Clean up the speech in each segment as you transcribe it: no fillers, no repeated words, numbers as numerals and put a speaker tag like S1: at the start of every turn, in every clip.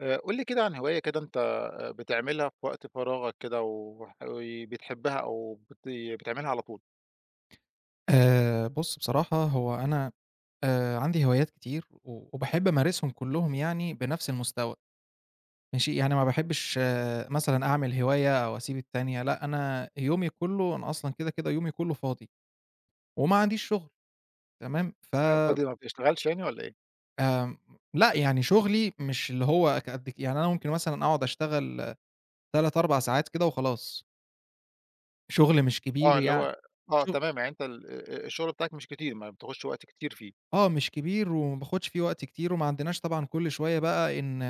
S1: قُل لي كده عن هواية كده أنت بتعملها في وقت فراغك كده وح وبتحبها أو بتعملها على طول.
S2: بُص، بصراحة هو أنا عندي هوايات كتير، و وباحب أمارسهم كلّهم يعني بنفس المستوى. ماشي، يعني ما باحبش مثلًا أعمل هواية أو أسيب التانية، لأ أنا يومي كلّه أنا أصلًا كده، كده يومي كلّه فاضي وما عنديش شغل. تمام. ف
S1: فاضي، ما بتشتغلش يعني والّا إيه؟
S2: آمم لأ يعني شغلي مش اللي هو ك قد ك يعني أنا ممكن مثلًا أقعد أشتغل 3، 4 ساعات كده وخلاص. شغل مش كبير
S1: آه، اللي
S2: يعني.
S1: هو. آه
S2: شغ
S1: تمام، يعني أنت ال الشغل بتاعك مش كتير، ما بتاخدش وقت كتير فيه.
S2: آه مش كبير، وما باخدش فيه وقت كتير، وما عندناش طبعًا كل شوية بقى إن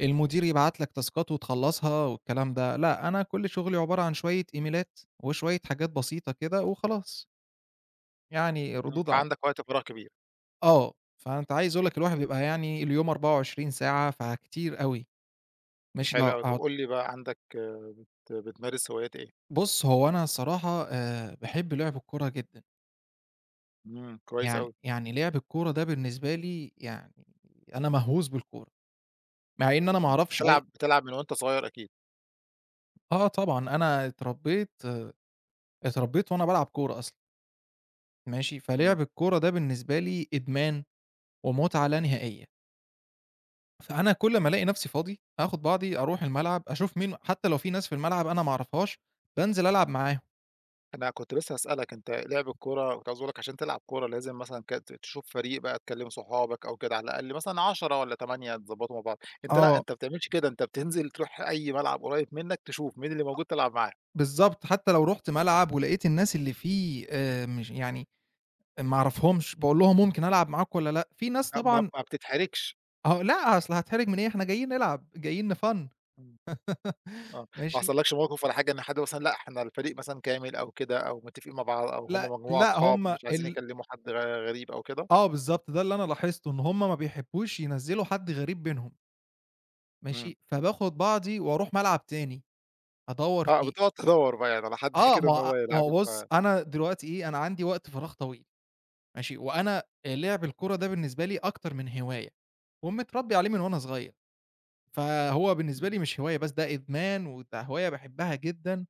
S2: المدير يبعت لك تاسكات وتخلّصها والكلام ده. لأ، أنا كل شغلي عبارة عن شوية إيميلات وشوية حاجات بسيطة كده وخلاص، يعني
S1: إمم.
S2: ردود عن
S1: فعندك وقت فراغ كبير.
S2: آه، فأنت عايز أقول لك الواحد بيبقى يعني اليوم 24 ساعة، فكتير أوي،
S1: طب
S2: مش لو
S1: حلو أوي، طب
S2: أقعد.
S1: قُل لي بقى عندك. بتمارس هوايات إيه؟
S2: بُص، هو أنا الصراحة باحب لعب الكورة جدًا.
S1: إمم، كويس
S2: يعني
S1: أوي.
S2: يعني لعب الكورة ده بالنسبة لي يعني أنا مهووس بالكورة، مع إن أنا ما أعرفش أي.
S1: بتلعب من وأنت صغير أكيد.
S2: آه طبعًا، أنا اتربيت، وأنا بالعب كورة أصلًا. ماشي، فلعب الكورة ده بالنسبة لي إدمان. ومتعة لا نهائية. فأنا كل ما
S1: إمم.
S2: ألاقي نفسي فاضي، آخد بعضي أروح الملعب، أشوف مين، حتى لو في ناس في الملعب أنا ما أعرفهاش، بانزل ألعب معاهم.
S1: أنا كنت لسه هاسألك. أنت لعب الكورة، كنت عاوز أقول لك عشان تلعب كورة لازم مثلًا ك ت تشوف فريق بقى، تكلّم صحابك أو كده، على الأقل مثلًا 10 والّا 8 تضبّطوا مع بعض. أنت لأ،
S2: آه،
S1: أنت ما بتعملش كده، أنت بتنزل تروح أي ملعب قريب منّك تشوف مين اللي موجود تلعب معاه.
S2: بالضبط، حتى لو رُحت ملعب ولقيت الناس اللي فيه مش يعني ما أعرفهمش، باقول لهم ممكن ألعب معاكم والّا لأ؟ في ناس
S1: ما ما
S2: طبعًا.
S1: ما بتتحرجش.
S2: آه، لأ، أصل هاتحرج من إيه؟ إحنا جايين نلعب، جايين نfun.
S1: إمم. آه، ما
S2: ماشي؟
S1: حصلكش موقف ولا حاجة، إن حد مثلًا لأ، إحنا الفريق مثلًا كامل أو كده، أو متفقين مع بعض، أو هم
S2: لأ،
S1: مجموعة
S2: لأ،
S1: صحاب
S2: هم
S1: مش عايزين
S2: ال.
S1: يكلّموا حد غريب أو كده؟
S2: آه، بالضبط، ده اللي أنا لاحظته، إن هم ما بيحبوش ينزّلوا حد غريب بينهم،
S1: إمم.
S2: ماشي؟ فباخد بعضي وأروح ملعب تاني أدوّر
S1: آه،
S2: فيه.
S1: بتقعد تدوّر بقى يعني على حد
S2: آه،
S1: كده
S2: ما
S1: إن
S2: هو
S1: هو
S2: ما هو
S1: يلعبك.
S2: بُص، أنا دلوقتي إيه، أنا عندي وقت فراغ طويل ماشي، وأنا لِعْب الكورة ده بالنسبة لي أكتر من هواية، ومتربّي عليه من وأنا صغير. فهو بالنسبة
S1: إمم.
S2: لي مش هواية بس، ده إدمان وده هواية باحبها جدًا.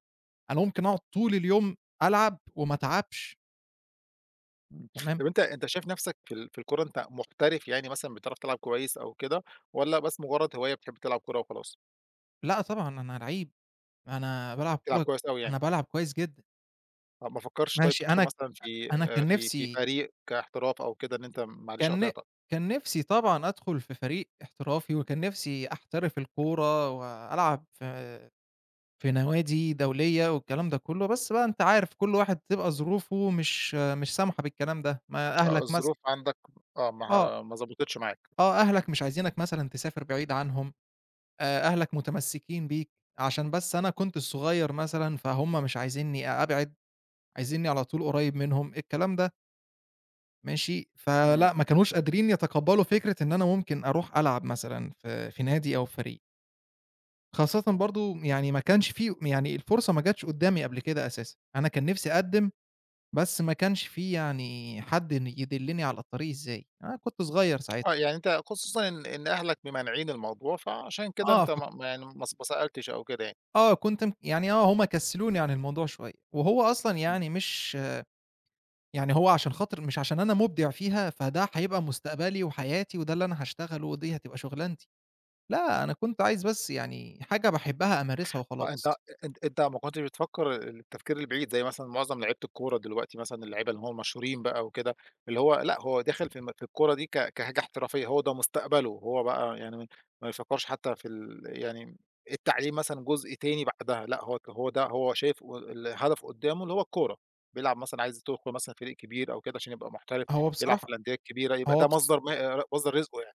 S2: أنا ممكن أقعد طول اليوم ألعب وما أتعبش.
S1: إمم.
S2: تمام.
S1: طب أنت، شايف نَفْسك في ال في الكورة أنت محترف، يعني مثلًا بتعرف تلعب كويس أو كده، والّا بس مجرّد هواية بتحب تلعب كورة وخلاص؟
S2: لأ طبعًا أنا لعيب، أنا بالعب
S1: تلعب
S2: كورة،
S1: كويس أوي يعني.
S2: أنا بالعب كويس جدًا.
S1: آه، ما فكّرتش طيب
S2: ماشي،
S1: تدخل
S2: أنا
S1: مثلًا في
S2: أنا
S1: آآ في في فريق كاحتراف أو كده؟ إن أنت معلش
S2: كان ن
S1: قاطعتك.
S2: كان نِفْسي طبعًا أدخُل في فريق احترافي، وكان نِفْسي أحترف الكورة وألعب في نوادي دولية والكلام ده كلّه، بس بقى أنت عارف كل واحد بتبقى ظروفه مش سامحة بالكلام ده، ما
S1: آه،
S2: أهلك مثلًا.
S1: الظروف عندك. آه،
S2: آه،
S1: ما ضبطتش معاك.
S2: آه، أهلك مش عايزينك مثلًا تسافر بعيد عنهم، أهلك متمسكين بيك، عشان بس أنا كنت الصغير مثلًا فهُم مش عايزينّي أبعد، عايزينّي على طول قريّب منهم، الكلام ده. ماشي،
S1: إمم.
S2: فلأ ما كانوش قادرين يتقبّلوا فكرة إن أنا ممكن أروح ألعب مثلًا في نادي أو فريق، خاصةً
S1: إمم.
S2: برضه يعني ما كانش في يعني الفرصة ما جاتش قدّامي قبل كده أساسًا. أنا كان نِفْسي أقدّم، بس ما كانش في يعني حد يدلّني على الطريق إزاي، أنا كنت صغير ساعتها.
S1: آه، يعني أنت خصوصًا إن أهلك ممانعين الموضوع، فعشان كده
S2: آه،
S1: أنت
S2: ف
S1: ما يعني ما سألتش أو كده يعني.
S2: آه، كنت م يعني آه، هم كسّلوني عن الموضوع شوية، وهو أصلًا
S1: إمم.
S2: يعني مش يعني هو عشان خاطر مش عشان أنا مُبدع فيها، فده هيبقى مستقبلي وحياتي، وده اللي أنا هاشتغله، ودي هتبقى شُغلانتي. لأ، أنا كنت عايز بس يعني حاجة باحبها أمارسها
S1: آه، أنت،
S2: وخلاص.
S1: ما كنتش بتفكّر التفكير البعيد، زي مثلًا معظم لعيبة الكورة دلوقتي مثلًا، اللعيبة اللي هم المشهورين بقى وكده، اللي هو لأ، هو داخل في الكورة دي كحاجة احترافية، هو ده مستقبله، هو بقى يعني ما يفكّرش حتى في ال يعني التعليم مثلًا جزء تاني بعدها، لأ، هو ده هو شايف الهدف قدّامه اللي هو الكورة، بيلعب مثلًا عايز يدخل مثلًا فريق كبير أو كده عشان يبقى محترف،
S2: هو
S1: يلعب في
S2: بصراحة
S1: الأندية الكبيرة، يبقى
S2: هو
S1: ده
S2: بص
S1: مصدر ما مصدر رزقه يعني.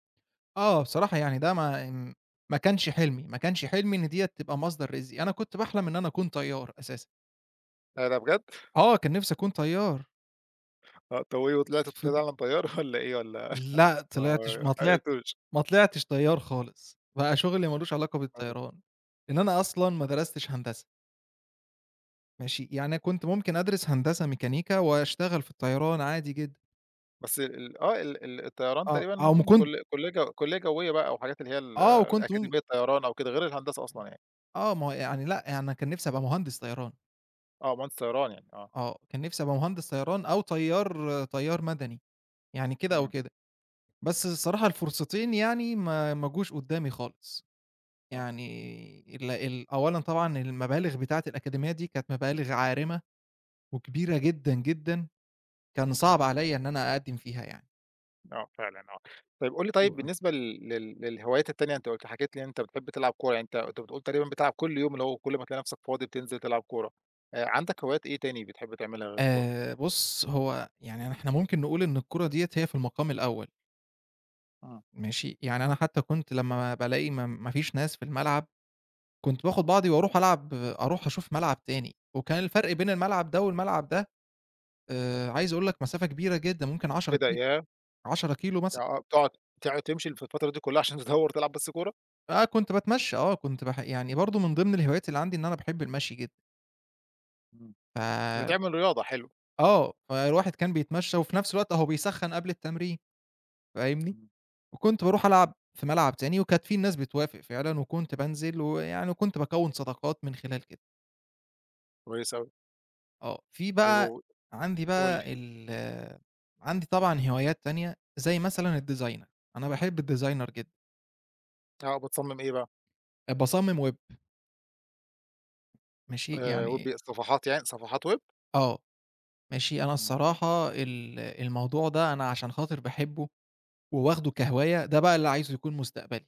S2: آه، بصراحة يعني ده ما م ما كانش حلمي، ما كانش حلمي إن ديّة تبقى مصدر رزقي، أنا كنت باحلم إن أنا أكون طيار أساسًا.
S1: إيه ده بجد!
S2: آه، كان نِفْسي أكون طيار.
S1: آه، طب وإيه وطلعتوا
S2: فض
S1: فعلًا طيارة والّا إيه والّا
S2: لأ،
S1: ما
S2: طلعتش ما طلعت
S1: حققتوش؟
S2: ما طلعتش طيار خالص، بقى شغلي ما لوش علاقة
S1: آه،
S2: بالطيران، لإن أنا أصلًا ما درستش هندسة. ماشي، يعني كنت ممكن أدرس هندسة ميكانيكا وأشتغل في الطيران عادي جدًا.
S1: بس ال ال آه، ال ال الطيران
S2: آه،
S1: تقريبًا
S2: أو م
S1: ممكن
S2: كنت
S1: كل كلية جوية بقى، أو حاجات اللي هي
S2: آه، وكنت مم
S1: أكاديمية طيران أو كده، غير الهندسة أصلًا يعني.
S2: آه، ما هو يعني لأ، يعني أنا كان نِفْسي أبقى مهندس طيران.
S1: آه، مهندس طيران يعني. آه.
S2: آه، كان نِفْسي أبقى مهندس طيران أو طيار، مدني، يعني كده أو
S1: إمم.
S2: كده. بس الصراحة الفرصتين يعني ما جوش قدّامي خالص.
S1: آه.
S2: يعني ال ال أولًا طبعًا المبالغ بتاعة الأكاديمية دي كانت مبالغ عارمة وكبيرة جدًا، جدًا. كان
S1: إمم.
S2: صعب عليّا إن أنا أقدّم فيها يعني.
S1: آه، فعلًا آه. طيب قُل لي، طيب بالنسبة لل لل للهوايات التانية، أنت حكيت لي إن أنت بتحب تلعب كورة، يعني أنت بتقول تقريبًا بتلعب كل يوم، اللي هو كل ما تلاقي نفسك فاضي بتنزل تلعب كورة. عندك هوايات إيه تاني بتحب تعملها غير الكورة؟
S2: بُص، هو يعني إحنا ممكن نقول إن الكورة ديّة هي في المقام الأول.
S1: إمم.
S2: ماشي، يعني أنا حتى كنت لمّا بالاقي ما فيش ناس في الملعب، كنت باخد بعضي وأروح ألعب أروح أشوف ملعب تاني، وكان الفرق بين الملعب ده والملعب ده عايز أقول لك مسافة كبيرة جدًا، ممكن 10
S1: إيه ده
S2: كيلو،
S1: ياه!
S2: 10 كيلو
S1: آه،
S2: مثلًا.
S1: آه، تقعد تمشي في الفترة دي كلها عشان تدوّر تلعب بس كورة؟
S2: آه، كنت باتمشى، آه، كنت باح يعني برضه من ضمن الهوايات اللي عندي إن أنا باحب المشي جدًا.
S1: إمم.
S2: ف
S1: بتعمل رياضة، حلو.
S2: آه، فالواحد كان بيتمشى، وفي نفس الوقت أهو بيسخّن قبل التمرين، فاهمني،
S1: إمم.
S2: وكنت باروح ألعب في ملعب تاني، وكانت في ناس بتوافق فعلًا، وكنت بانزل ويعني، وكنت باكوّن صداقات من خلال كده.
S1: كويس أوي.
S2: آه. في
S1: طيب
S2: بقى عندي
S1: قُل لي.
S2: بقى ال عندي طبعًا هوايات تانية، زي مثلًا الdesigner، أنا باحب الdesigner جدًا.
S1: آه، بتصمم إيه بقى؟
S2: باصمم ويب. ماشي، يعني.
S1: Web صفحات، يعني صفحات web؟
S2: آه، ماشي، أنا
S1: إمم.
S2: الصراحة الموضوع ده أنا عشان خاطر باحبه وواخده كهواية، ده بقى اللي عايزه يكون مستقبلي،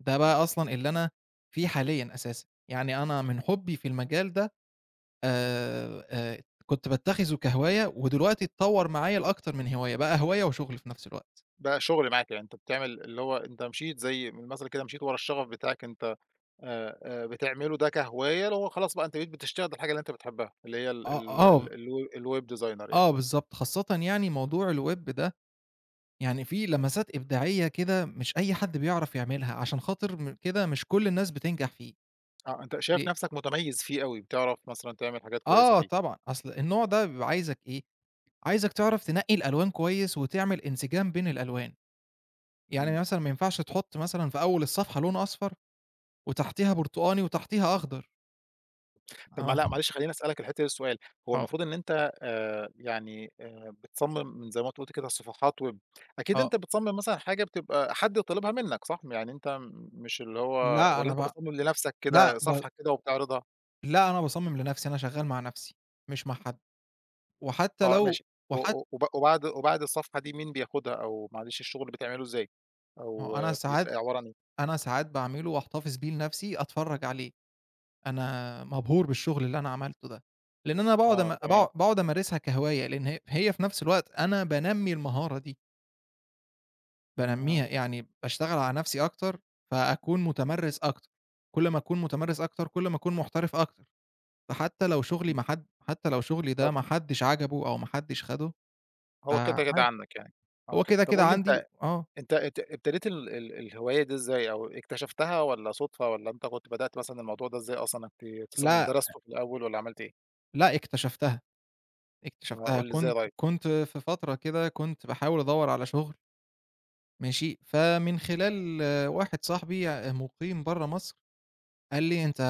S2: ده
S1: إمم.
S2: بقى أصلًا اللي أنا فيه حاليًا أساسًا، يعني أنا من حُبّي في المجال ده آآ، كنت باتّخذه كهواية، ودلوقتي اتطوّر معايا لأكتر من هواية، بقى هواية وشغل في نفس الوقت.
S1: ده شغل معاك يعني، أنت بتعمل اللي هو أنت مشيت زي من المثل كده، مشيت ورا الشغف بتاعك. أنت بتعمله ده كهواية، اللي هو خلاص بقى أنت بقيت بتشتغل الحاجة اللي أنت بتحبها، اللي هي ال
S2: آه،
S1: ال ال
S2: آه،
S1: الw الweb designer يعني.
S2: آه بالضبط، خاصةً يعني موضوع الweb ده يعني فيه لمسات إبداعية كده مش أي حد بيعرف يعملها، عشان خاطر كده مش كل الناس بتنجح فيه.
S1: آه، أنت شايف
S2: ب
S1: نفسك متميز فيه أوي، بتعرف مثلًا تعمل حاجات كويسة
S2: آه
S1: فيه.
S2: طبعًا، أصل النوع ده بيبقى عايزك إيه، عايزك تعرف تنقّي الألوان كويس وتعمل انسجام بين الألوان.
S1: إمم.
S2: يعني مثلًا ما ينفعش تحُط مثلًا في أول الصفحة لون أصفر، وتحتيها برتقاني، وتحتيها أخضر.
S1: طب ما
S2: آه.
S1: لأ، معلش خلّيني أسألك الحتّة دي سؤال. هو
S2: آه.
S1: المفروض إن أنت يعني بتصمم من زي ما أنت قُلت كده صفحات web، أكيد
S2: آه.
S1: أنت بتصمم مثلًا حاجة بتبقى حد طالبها منك، صح؟ يعني أنت مش اللي هو،
S2: لأ،
S1: والّا
S2: أنا
S1: أنت
S2: ب
S1: بتصمم لنفسك
S2: لأ،
S1: كده
S2: ب
S1: صفحة كده وبتعرضها؟
S2: لأ، أنا باصمم لنفسي، أنا شغّال مع نفسي، مش مع حد. وحتى
S1: آه
S2: لو
S1: ماشي. و
S2: وحت
S1: و وب وبعد وبعد الصفحة دي مين بياخدها، أو معلش الشغل بتعمله إزاي؟
S2: ما
S1: أو
S2: هو
S1: آه، بيبقى عبارة عن إيه؟
S2: أنا ساعات باعمله واحتفظ بيه لنفسي أتفرّج عليه. أنا مبهور بالشغل اللي أنا عملته ده، لإن أنا باقعد
S1: آه
S2: أم
S1: تمام.
S2: باقع باقعد أمارسها كهواية، لإن هي في نفس الوقت أنا بانمّي المهارة دي.
S1: إمم.
S2: بانمّيها، يعني باشتغل على نَفْسي أكتر، فأكون متمرِّس أكتر، كل ما أكون متمرِّس أكتر، كل ما أكون محترف أكتر، فحتى لو شُغلي
S1: إمم.
S2: ما حد حتى لو شُغلي ده
S1: طب
S2: ما حدّش عجبه أو ما حدّش خَده،
S1: هو كده، كده
S2: فعادي.
S1: عندك يعني. آه،
S2: هو كده،
S1: طب
S2: كده
S1: قُل لي،
S2: عندي،
S1: أنت
S2: آه.
S1: ابتديت ال ال الهواية دي إزاي أو اكتشفتها؟ والّا صُدفة؟ والّا أنت كنت بدأت مثلًا الموضوع ده إزاي أصلًا، إنك تصمم؟
S2: لأ،
S1: درسته في الأول والّا عملت إيه؟
S2: لأ اكتشفتها،
S1: آه،
S2: اكتشفتها.
S1: قُل لي إزاي
S2: كنت
S1: طيب؟
S2: كنت في فترة كده، كنت باحاول أدوّر على شُغل. ماشي، فمن خلال واحد صاحبي مُقيم برّه مصر، قال لي: "أنت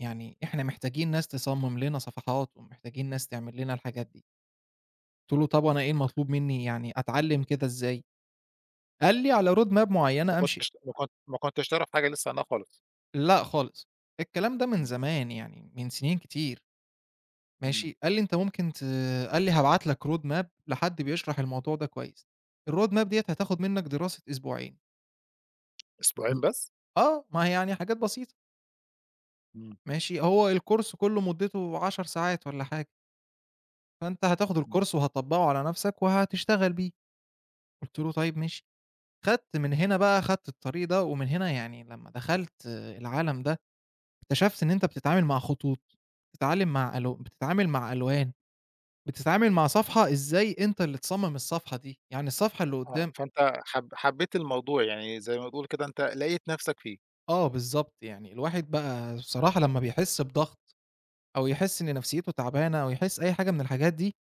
S2: يعني إحنا محتاجين ناس تصمِّم لنا صفحات، ومحتاجين ناس تعمل لنا الحاجات دي." قُلت له: "طب وأنا إيه المطلوب منّي، يعني أتعلّم كده إزاي؟" قال لي: "على road map معيّنة أمشي."
S1: ما كنتش تعرف حاجة لسه عنها خالص.
S2: لأ خالص، الكلام ده من
S1: إمم.
S2: زمان يعني من سنين كتير.
S1: إمم.
S2: ماشي، قال لي: "أنت ممكن ت." قال لي: "هابعت لك road map لحد بيشرح الموضوع ده كويس، الroad map ديّة هتاخد منّك دراسة أسبوعين." و
S1: أسبوعين بس؟
S2: آه، ما هي يعني حاجات بسيطة.
S1: إمم.
S2: ماشي، هو الكورس كلّه مدته 10 ساعات والّا حاجة، فأنت هتاخد
S1: إمم.
S2: الكورس وهتطبّقه على نَفْسك وهتشتغل بيه. قُلت له: "طيب ماشي." خدت من هنا بقى، خدت الطريق ده، ومن هنا يعني لمّا دخلت العالم ده، اكتشفت إن أنت بتتعامل مع خطوط، بتتعلم مع ألو بتتعامل مع ألوان، بتتعامل مع صفحة إزاي أنت اللي تصمم الصفحة دي، يعني الصفحة اللي
S1: آه،
S2: قدّام.
S1: فأنت حبيت الموضوع، يعني زي ما بتقول كده، أنت لقيت نفسك فيه.
S2: آه بالضبط، يعني الواحد بقى بصراحة لمّا بيحس بضغط، أو يحس إن نفسيته تعبانة، أو يحس أي حاجة من الحاجات دي،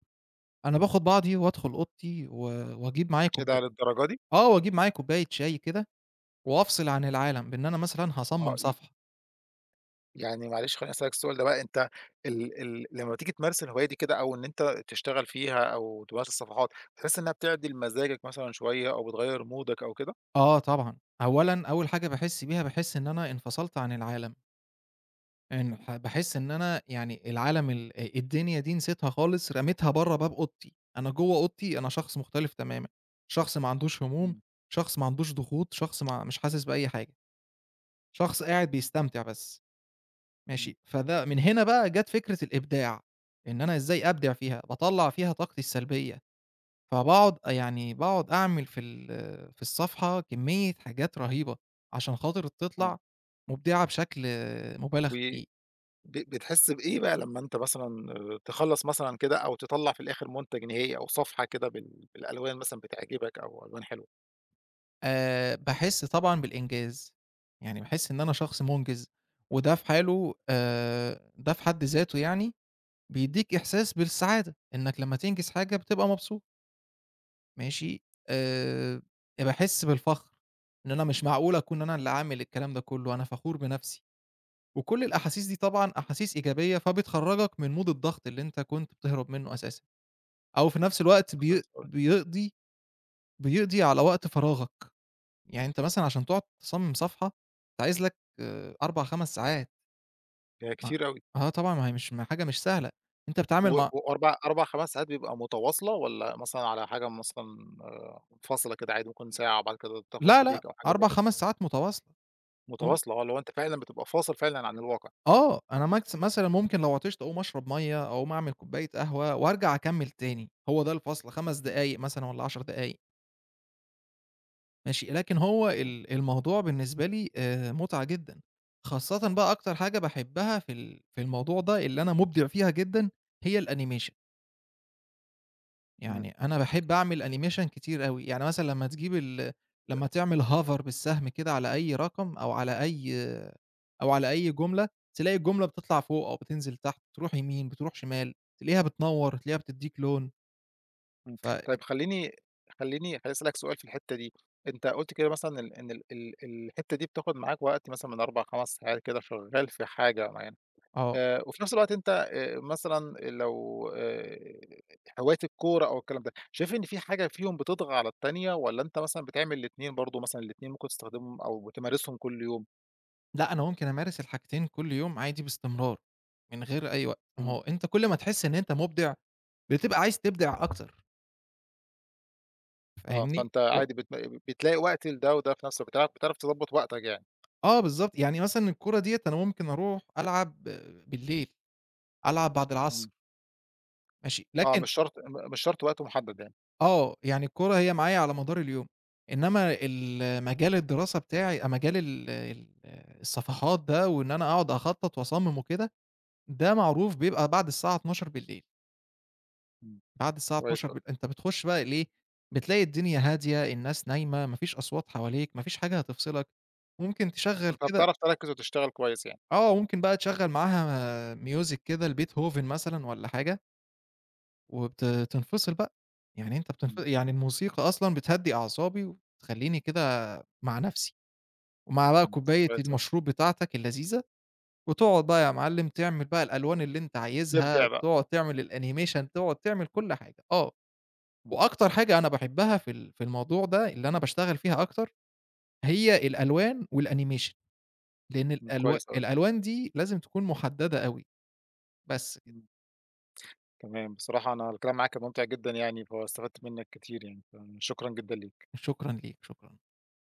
S2: أنا باخد بعضي وأدخل أوضتي، و وأجيب معايا
S1: إيه ده
S2: كوبا
S1: للدرجة دي؟
S2: وأجيب معايا كوباية شاي كده، وأفصل عن العالم بإن أنا مثلًا هاصمم
S1: آه.
S2: صفحة.
S1: يعني معلش خلّيني أسألك السؤال ده بقى. أنت ال ال لمّا تيجي تمارس الهواية دي كده، أو إن أنت تشتغل فيها أو تمارس الصفحات، بتحس إنها بتعدِل مزاجك مثلًا شوية، أو بتغيّر مودك أو كده؟
S2: آه طبعًا، أولًا أول حاجة باحس بيها، باحس إن أنا انفصلت عن العالم، إن باحس إن أنا يعني العالم ال الدنيا دي نسيتها خالص، رميتها برّه باب أوضتي، أنا جوّه أوضتي أنا شخص مختلف تمامًا، شخص ما عندوش هموم،
S1: إمم.
S2: شخص ما عندوش ضغوط، شخص ما مش حاسس بأي حاجة، شخص قاعد بيستمتع بس.
S1: إمم.
S2: ماشي، فده من هنا بقى جات فكرة الإبداع، إن أنا إزاي أبدع فيها، باطلّع فيها طاقتي السلبية. فباقعد يعني باقعد أعمل في ال في الصفحة كمية حاجات رهيبة، عشان خاطر
S1: آه.
S2: تطلع مبدعة بشكل مُبالغ
S1: و
S2: فيه.
S1: ب بتحس بإيه بقى لمّا أنت مثلًا آه، تخلّص مثلًا كده، أو تطلّع في الآخر منتج نهائي أو صفحة كده بالألوان مثلًا بتعجبك، أو ألوان حلوة؟
S2: باحس طبعًا بالإنجاز، يعني باحس إن أنا شخص مُنجز، وده في حاله ده في حد ذاته يعني بيدّيك إحساس بالسعادة، إنك لمّا تنجز حاجة بتبقى مبسوط.
S1: إمم.
S2: ماشي، آآ باحس بالفخر، إن أنا مش معقول أكون أنا اللي عامل الكلام ده كُلّه، أنا فخور بنَفْسي. وكل
S1: إمم.
S2: الأحاسيس دي طبعًا أحاسيس إيجابية، فبتخرّجك من مود الضغط اللي أنت كنت بتهرب منه أساسًا، أو في نفس الوقت
S1: كويس أوي.
S2: بيقضي، بيقضي على وقت فراغك، يعني أنت مثلًا عشان تقعد تصمم صفحة أنت عايز لك 4، 5 ساعات.
S1: ده
S2: ما
S1: كتير أوي.
S2: آه طبعًا، ما هي مش حاجة مش سهلة، أنت بتتعامل مع.
S1: 4، 5 ساعات بيبقى متواصلة، والّا مثلًا على حاجة مثلًا فاصلة كده، عادي ممكن ساعة وبعد كده تاخد
S2: لا، لأ
S1: بريك أو حاجة زي
S2: 4،
S1: كده؟
S2: 5 ساعات متواصلة. مم،
S1: متواصلة، آه، لو أنت فعلًا بتبقى فاصل فعلًا عن الواقع.
S2: آه، أنا ماكس مثلًا ممكن لو عطشت أقوم أشرب مَيّة، أقوم أعمل كوباية قهوة وأرجع أكمّل تاني، هو ده الفصل 5
S1: إمم.
S2: دقايق مثلًا والّا 10 دقايق. ماشي، لكن هو
S1: إمم.
S2: الموضوع بالنسبة لي مُتعة جدًا، خاصةً بقى أكتر حاجة باحبها في ال في الموضوع ده اللي أنا مُبدع فيها جدًا هي الأنيميشن،
S1: إمم.
S2: يعني أنا باحب أعمل أنيميشن كتير أوي، يعني مثلًا لمّا تجيب ال لمّا تعمل hover بالسهم كده على أي رقم، أو على أي جملة، تلاقي الجملة بتطلع فوق أو بتنزل تحت، تروح يمين، بتروح شمال، تلاقيها بتنوّر، تلاقيها بتدّيك لون،
S1: إمم.
S2: ف
S1: طيب خلّيني، أسألك سؤال في الحتّة دي. أنت قُلت كده مثلًا، إن ال ال الحتّة دي بتاخد معاك وقت مثلًا من 4، 5 ساعات كده شغّال في حاجة معيّنة.
S2: آه.
S1: وفي نفْس الوقت أنت مثلًا لو هواية الكورة أو الكلام ده، شايف إن في حاجة فيهم بتطغى على التانية، والّا أنت مثلًا بتعمل الاتنين؟ برضه مثلًا الاتنين ممكن تستخدمهم أو بتمارسهم كل يوم؟
S2: لأ، أنا ممكن أمارس الحاجتين كل يوم عادي باستمرار، من غير أي وقت، ما
S1: إمم.
S2: هو أنت كل ما تحس إن أنت مُبدع، بتبقى عايز تبدع أكتر،
S1: آه،
S2: فاهمني؟
S1: فأنت
S2: و
S1: عادي بتلاقي وقت لده وده في نفس الوقت، بتعرف، تضبّط وقتك يعني.
S2: آه بالضبط، يعني مثلًا الكورة ديّة أنا ممكن أروح ألعب بالليل، ألعب بعد
S1: إمم.
S2: العصر. ماشي،
S1: آه،
S2: لكن
S1: مش شرط، وقت محدد يعني.
S2: يعني الكورة هي معايا على مدار اليوم، إنما ال مجال الدراسة بتاعي أ مجال ال ال الصفحات ده، وإن أنا أقعد أخطّط وأصمم وكده، ده معروف بيبقى بعد الساعة 00:00 بالليل.
S1: إمم.
S2: بعد الساعة
S1: كويس أوي.
S2: 00:00 أنت بتخش بقى ليه، بتلاقي الدنيا هادية، الناس نايمة، ما فيش أصوات حواليك، ما فيش حاجة هتفصلك، ممكن تشغّل
S1: أنت
S2: كده.
S1: بتعرف تركّز وتشتغل كويس يعني.
S2: ممكن بقى تشغّل معاها music كده لبيتهوفن مثلًا والّا حاجة، وبت تنفصل بقى، يعني أنت بتنف
S1: إمم.
S2: يعني الموسيقى أصلًا بتهدّي أعصابي، وتخلّيني كده مع نفسي، ومع بقى
S1: إمم.
S2: كوباية
S1: كويس أوي.
S2: المشروب بتاعتك اللذيذة، وتقعد بقى يا معلم تعمل بقى الألوان اللي أنت
S1: تبدع
S2: عايزها،
S1: بقى.
S2: تقعد تعمل الanimation، تقعد تعمل كل حاجة، آه.
S1: إمم.
S2: وأكتر حاجة أنا باحبها في ال في الموضوع ده، اللي أنا باشتغل فيها أكتر، هي الألوان والanimation، لأن
S1: إمم، كويس أوي.
S2: الألوان دي لازم تكون محددة أوي. بس كده.
S1: إمم. تمام، بصراحة أنا الكلام معاك كان ممتع جدًا يعني، فاستفدت منّك كتير يعني، فشكرًا جدًا ليك.
S2: شكرًا ليك، شكرًا.